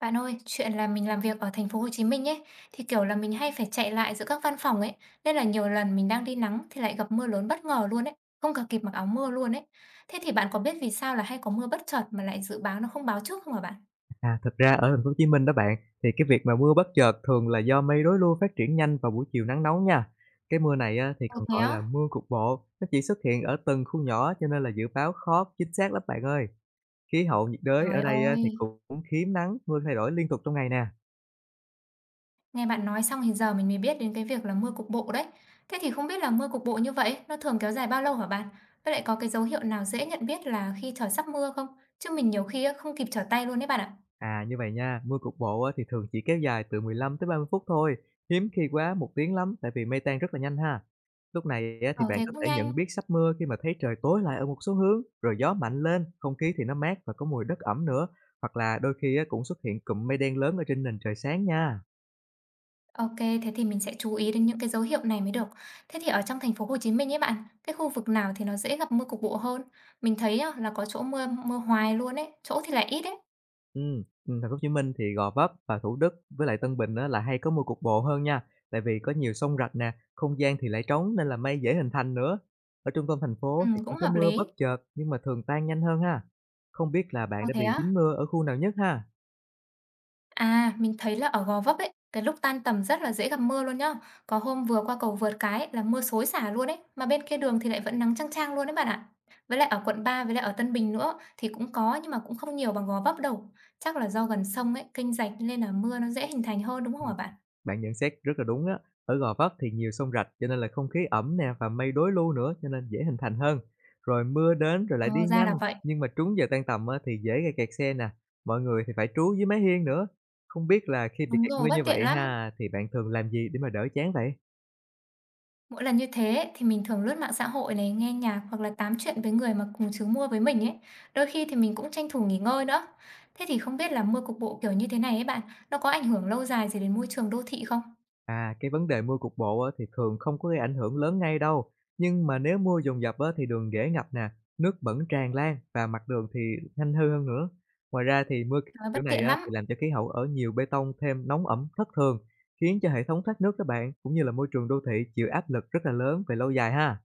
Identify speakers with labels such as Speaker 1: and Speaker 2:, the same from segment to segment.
Speaker 1: Bạn ơi, chuyện là mình làm việc ở thành phố Hồ Chí Minh ấy, thì kiểu là mình hay phải chạy lại giữa các văn phòng ấy, nên là nhiều lần mình đang đi nắng thì lại gặp mưa lớn bất ngờ luôn ấy, không cả kịp mặc áo mưa luôn ấy. Thế thì bạn có biết vì sao là hay có mưa bất chợt mà lại dự báo nó không báo trước không hả bạn?
Speaker 2: À, thực ra ở thành phố Hồ Chí Minh đó bạn, thì cái việc mà mưa bất chợt thường là do mây đối lưu phát triển nhanh vào buổi chiều nắng nóng nha. Cái mưa này á, thì
Speaker 1: Ồ
Speaker 2: còn
Speaker 1: thế
Speaker 2: gọi
Speaker 1: á?
Speaker 2: là mưa cục bộ, nó chỉ xuất hiện ở từng khu nhỏ cho nên là dự báo khó chính xác lắm bạn ơi. Khí hậu nhiệt đới
Speaker 1: Trời
Speaker 2: ở đây á, thì
Speaker 1: ơi,
Speaker 2: cũng hiếm nắng, mưa thay đổi liên tục trong ngày nè.
Speaker 1: nghe bạn nói xong thì giờ mình mới biết đến cái việc là mưa cục bộ đấy. Thế thì không biết là mưa cục bộ như vậy nó thường kéo dài bao lâu hả bạn? Với lại có cái dấu hiệu nào dễ nhận biết là khi trời sắp mưa không? Chứ mình nhiều khi á, không kịp trở tay luôn đấy bạn ạ.
Speaker 2: À, như vậy nha, mưa cục bộ á, thì thường chỉ kéo dài từ 15 tới 30 phút thôi, hiếm khi quá một tiếng lắm tại vì mây tan rất là nhanh ha. Lúc này á, thì
Speaker 1: Ờ
Speaker 2: bạn
Speaker 1: thế
Speaker 2: có
Speaker 1: cũng
Speaker 2: thể
Speaker 1: nhanh.
Speaker 2: nhận biết sắp mưa khi mà thấy trời tối lại ở một số hướng, rồi gió mạnh lên, không khí thì nó mát và có mùi đất ẩm nữa, hoặc là đôi khi á, cũng xuất hiện cụm mây đen lớn ở trên nền trời sáng nha.
Speaker 1: OK, thế thì mình sẽ chú ý đến những cái dấu hiệu này mới được. Thế thì ở trong thành phố Hồ Chí Minh ấy bạn, cái khu vực nào thì nó dễ gặp mưa cục bộ hơn? Mình thấy á, là có chỗ mưa mưa hoài luôn ấy, chỗ thì lại ít ấy.
Speaker 2: Thành phố Hồ Chí Minh thì Gò Vấp và Thủ Đức với lại Tân Bình á, là hay có mưa cục bộ hơn nha, tại vì có nhiều sông rạch nè, không gian thì lại trống nên là mây dễ hình thành nữa. Ở trung tâm thành phố thì
Speaker 1: Cũng
Speaker 2: cũng có
Speaker 1: hợp
Speaker 2: mưa bất
Speaker 1: lý.
Speaker 2: chợt nhưng mà thường tan nhanh hơn ha. Không biết là bạn
Speaker 1: Ờ,
Speaker 2: đã bị
Speaker 1: thế á?
Speaker 2: dính mưa ở khu nào nhất ha?
Speaker 1: À, mình thấy là ở Gò Vấp ấy, cái lúc tan tầm rất là dễ gặp mưa luôn nhá. Có hôm vừa qua cầu vượt cái là mưa xối xả luôn ấy, mà bên kia đường thì lại vẫn nắng chang chang luôn đấy bạn ạ. Với lại ở quận 3, với lại ở Tân Bình nữa thì cũng có nhưng mà cũng không nhiều bằng Gò Vấp đâu. Chắc là do gần sông ấy, kênh rạch nên là mưa nó dễ hình thành hơn đúng không hả bạn?
Speaker 2: Bạn nhận xét rất là đúng á. Ở Gò Vấp thì nhiều sông rạch cho nên là không khí ẩm nè và mây đối lưu nữa cho nên dễ hình thành hơn. Rồi mưa đến rồi
Speaker 1: Ờ,
Speaker 2: lại đi
Speaker 1: ra là
Speaker 2: nhanh,
Speaker 1: vậy.
Speaker 2: nhưng mà trúng giờ tan tầm á, thì dễ gây kẹt xe nè. Mọi người thì phải trú dưới mái hiên nữa. Không biết là khi bị
Speaker 1: Đúng
Speaker 2: kẹt mưa
Speaker 1: rồi, bất
Speaker 2: như
Speaker 1: tiện
Speaker 2: vậy
Speaker 1: lắm.
Speaker 2: ha thì bạn thường làm gì để mà đỡ chán vậy?
Speaker 1: Mỗi lần như thế ấy, thì mình thường lướt mạng xã hội này, nghe nhạc hoặc là tám chuyện với người mà cùng chướng mua với mình ấy. Đôi khi thì mình cũng tranh thủ nghỉ ngơi nữa. Thế thì không biết là mua cục bộ kiểu như thế này ấy bạn, nó có ảnh hưởng lâu dài gì đến môi trường đô thị không?
Speaker 2: À, cái vấn đề mưa cục bộ á, thì thường không có gây ảnh hưởng lớn ngay đâu. Nhưng mà nếu mưa dồn dập á, thì đường dễ ngập nè, nước bẩn tràn lan và mặt đường thì nhanh hư hơn nữa. Ngoài ra thì mưa
Speaker 1: Nói
Speaker 2: kiểu
Speaker 1: bất
Speaker 2: này
Speaker 1: tiện
Speaker 2: á,
Speaker 1: lắm.
Speaker 2: thì làm cho khí hậu ở nhiều bê tông thêm nóng ẩm thất thường, khiến cho hệ thống thoát nước các bạn cũng như là môi trường đô thị chịu áp lực rất là lớn về lâu dài ha.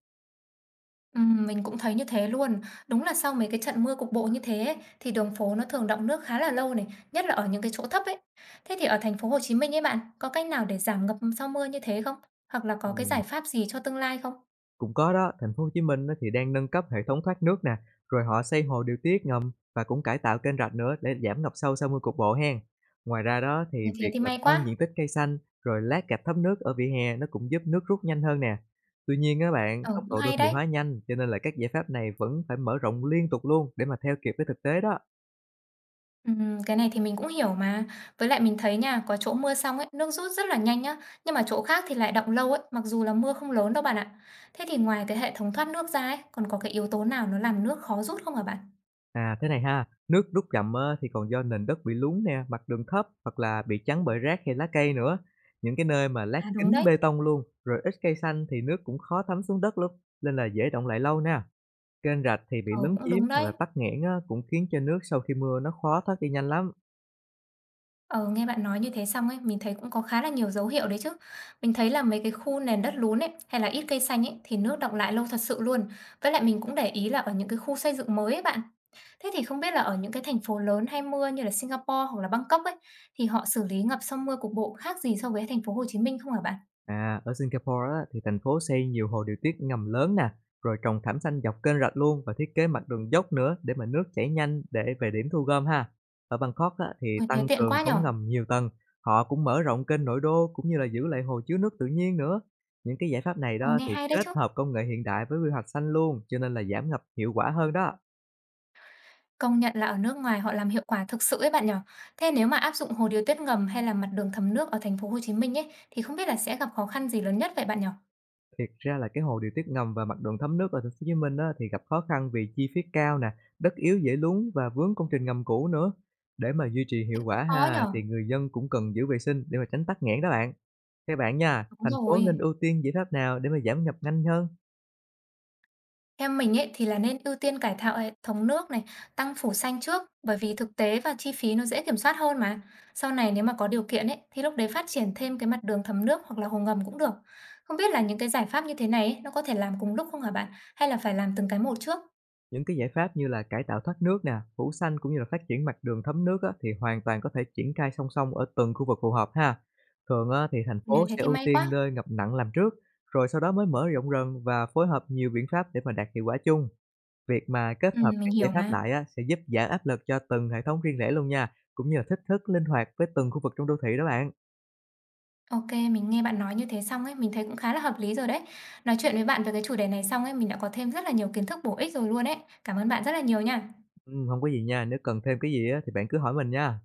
Speaker 1: Mình cũng thấy như thế luôn. Đúng là sau mấy cái trận mưa cục bộ như thế ấy, thì đường phố nó thường đọng nước khá là lâu này, nhất là ở những cái chỗ thấp ấy. Thế thì ở thành phố Hồ Chí Minh ấy bạn, có cách nào để giảm ngập sau mưa như thế không? Hoặc là có cái
Speaker 2: Ừ,
Speaker 1: giải pháp gì cho tương lai không?
Speaker 2: cũng có đó, thành phố Hồ Chí Minh á thì đang nâng cấp hệ thống thoát nước nè, rồi họ xây hồ điều tiết ngầm và cũng cải tạo kênh rạch nữa để giảm ngập sâu sau mưa cục bộ hen. Ngoài ra đó thì
Speaker 1: Ôi, thế
Speaker 2: việc
Speaker 1: thì
Speaker 2: là
Speaker 1: may
Speaker 2: tăng
Speaker 1: quá.
Speaker 2: diện tích cây xanh rồi lát gạch thấm nước ở vỉa hè nó cũng giúp nước rút nhanh hơn nè. Tuy nhiên á bạn,
Speaker 1: Ờ,
Speaker 2: tốc
Speaker 1: cũng
Speaker 2: độ đô
Speaker 1: hay
Speaker 2: thị
Speaker 1: đấy.
Speaker 2: hóa nhanh cho nên là các giải pháp này vẫn phải mở rộng liên tục luôn để mà theo kịp với thực tế đó.
Speaker 1: Cái này thì mình cũng hiểu mà. Với lại mình thấy nha, có chỗ mưa xong ấy, nước rút rất là nhanh nhá, nhưng mà chỗ khác thì lại đọng lâu ấy, mặc dù là mưa không lớn đâu bạn ạ. Thế thì ngoài cái hệ thống thoát nước ra ấy, còn có cái yếu tố nào nó làm nước khó rút không hả bạn?
Speaker 2: À, thế này ha, nước rút chậm á, thì còn do nền đất bị lún nè, mặt đường thấp hoặc là bị chắn bởi rác hay lá cây nữa. Những cái nơi mà lát
Speaker 1: À, đúng
Speaker 2: kính
Speaker 1: đấy.
Speaker 2: bê tông luôn, rồi ít cây xanh thì nước cũng khó thấm xuống đất lắm, nên là dễ động lại lâu nè. Kênh rạch thì bị
Speaker 1: Ờ,
Speaker 2: lấn
Speaker 1: cũng
Speaker 2: chiếm
Speaker 1: đúng
Speaker 2: và
Speaker 1: đấy.
Speaker 2: tắc nghẽn á, cũng khiến cho nước sau khi mưa nó khó thoát đi nhanh lắm.
Speaker 1: Ừ, nghe bạn nói như thế xong ấy, mình thấy cũng có khá là nhiều dấu hiệu đấy chứ. Mình thấy là mấy cái khu nền đất lún ấy, hay là ít cây xanh ấy, thì nước đọng lại lâu thật sự luôn. Với lại mình cũng để ý là ở những cái khu xây dựng mới ấy bạn. Thế thì không biết là ở những cái thành phố lớn hay mưa như là Singapore hoặc là Bangkok ấy, thì họ xử lý ngập sau mưa cục bộ khác gì so với thành phố Hồ Chí Minh không hả bạn?
Speaker 2: À, ở Singapore á, thì thành phố xây nhiều hồ điều tiết ngầm lớn nè, rồi trồng thảm xanh dọc kênh rạch luôn và thiết kế mặt đường dốc nữa để mà nước chảy nhanh để về điểm thu gom ha. Ở Bangkok á, thì
Speaker 1: Ôi, thế
Speaker 2: tăng
Speaker 1: tiện
Speaker 2: cường
Speaker 1: quá
Speaker 2: cống
Speaker 1: nhở?
Speaker 2: ngầm nhiều tầng, họ cũng mở rộng kênh nội đô cũng như là giữ lại hồ chứa nước tự nhiên nữa. Những cái giải pháp này
Speaker 1: Ờ,
Speaker 2: đó
Speaker 1: nghe
Speaker 2: thì
Speaker 1: hay đấy
Speaker 2: kết
Speaker 1: chứ.
Speaker 2: hợp công nghệ hiện đại với quy hoạch xanh luôn, cho nên là giảm ngập hiệu quả hơn đó.
Speaker 1: Công nhận là ở nước ngoài họ làm hiệu quả thực sự ấy bạn nhở. Thế nếu mà áp dụng hồ điều tiết ngầm hay là mặt đường thấm nước ở thành phố Hồ Chí Minh ấy, thì không biết là sẽ gặp khó khăn gì lớn nhất vậy bạn nhỉ?
Speaker 2: Thiệt ra là cái hồ điều tiết ngầm và mặt đường thấm nước ở thành phố Hồ Chí Minh á, thì gặp khó khăn vì chi phí cao nè, đất yếu dễ lún và vướng công trình ngầm cũ nữa. Để mà duy trì
Speaker 1: Thế
Speaker 2: hiệu
Speaker 1: cũng
Speaker 2: quả
Speaker 1: khó nhỉ?
Speaker 2: ha, thì người dân cũng cần giữ vệ sinh để mà tránh tắc nghẽn đó bạn. Theo bạn nha,
Speaker 1: Đúng
Speaker 2: thành phố
Speaker 1: rồi.
Speaker 2: nên ưu tiên giải pháp nào để mà giảm ngập nhanh hơn?
Speaker 1: Theo mình ấy thì là nên ưu tiên cải tạo hệ thống nước này, tăng phủ xanh trước, bởi vì thực tế và chi phí nó dễ kiểm soát hơn mà. Sau này nếu mà có điều kiện ấy, thì lúc đấy phát triển thêm cái mặt đường thấm nước hoặc là hồ ngầm cũng được. Không biết là những cái giải pháp như thế này ấy, nó có thể làm cùng lúc không hả bạn? Hay là phải làm từng cái một trước?
Speaker 2: Những cái giải pháp như là cải tạo thoát nước nè, phủ xanh cũng như là phát triển mặt đường thấm nước á, thì hoàn toàn có thể triển khai song song ở từng khu vực phù hợp ha. Thường á, thì thành
Speaker 1: Nếu
Speaker 2: phố
Speaker 1: thế
Speaker 2: sẽ
Speaker 1: thì
Speaker 2: ưu
Speaker 1: may
Speaker 2: tiên
Speaker 1: quá.
Speaker 2: nơi ngập nặng làm trước, rồi sau đó mới mở rộng rần và phối hợp nhiều biện pháp để mà đạt hiệu quả chung. Việc mà kết
Speaker 1: Ừ,
Speaker 2: hợp
Speaker 1: mình
Speaker 2: các giải
Speaker 1: hiểu
Speaker 2: pháp
Speaker 1: mà.
Speaker 2: lại á, sẽ giúp giảm áp lực cho từng hệ thống riêng lẻ luôn nha, cũng như là thích thức linh hoạt với từng khu vực trong đô thị đó bạn.
Speaker 1: OK, mình nghe bạn nói như thế xong ấy, mình thấy cũng khá là hợp lý rồi đấy. Nói chuyện với bạn về cái chủ đề này xong ấy, mình đã có thêm rất là nhiều kiến thức bổ ích rồi luôn ấy. Cảm ơn bạn rất là nhiều nha.
Speaker 2: Ừ, không có gì nha, nếu cần thêm cái gì á, thì bạn cứ hỏi mình nha.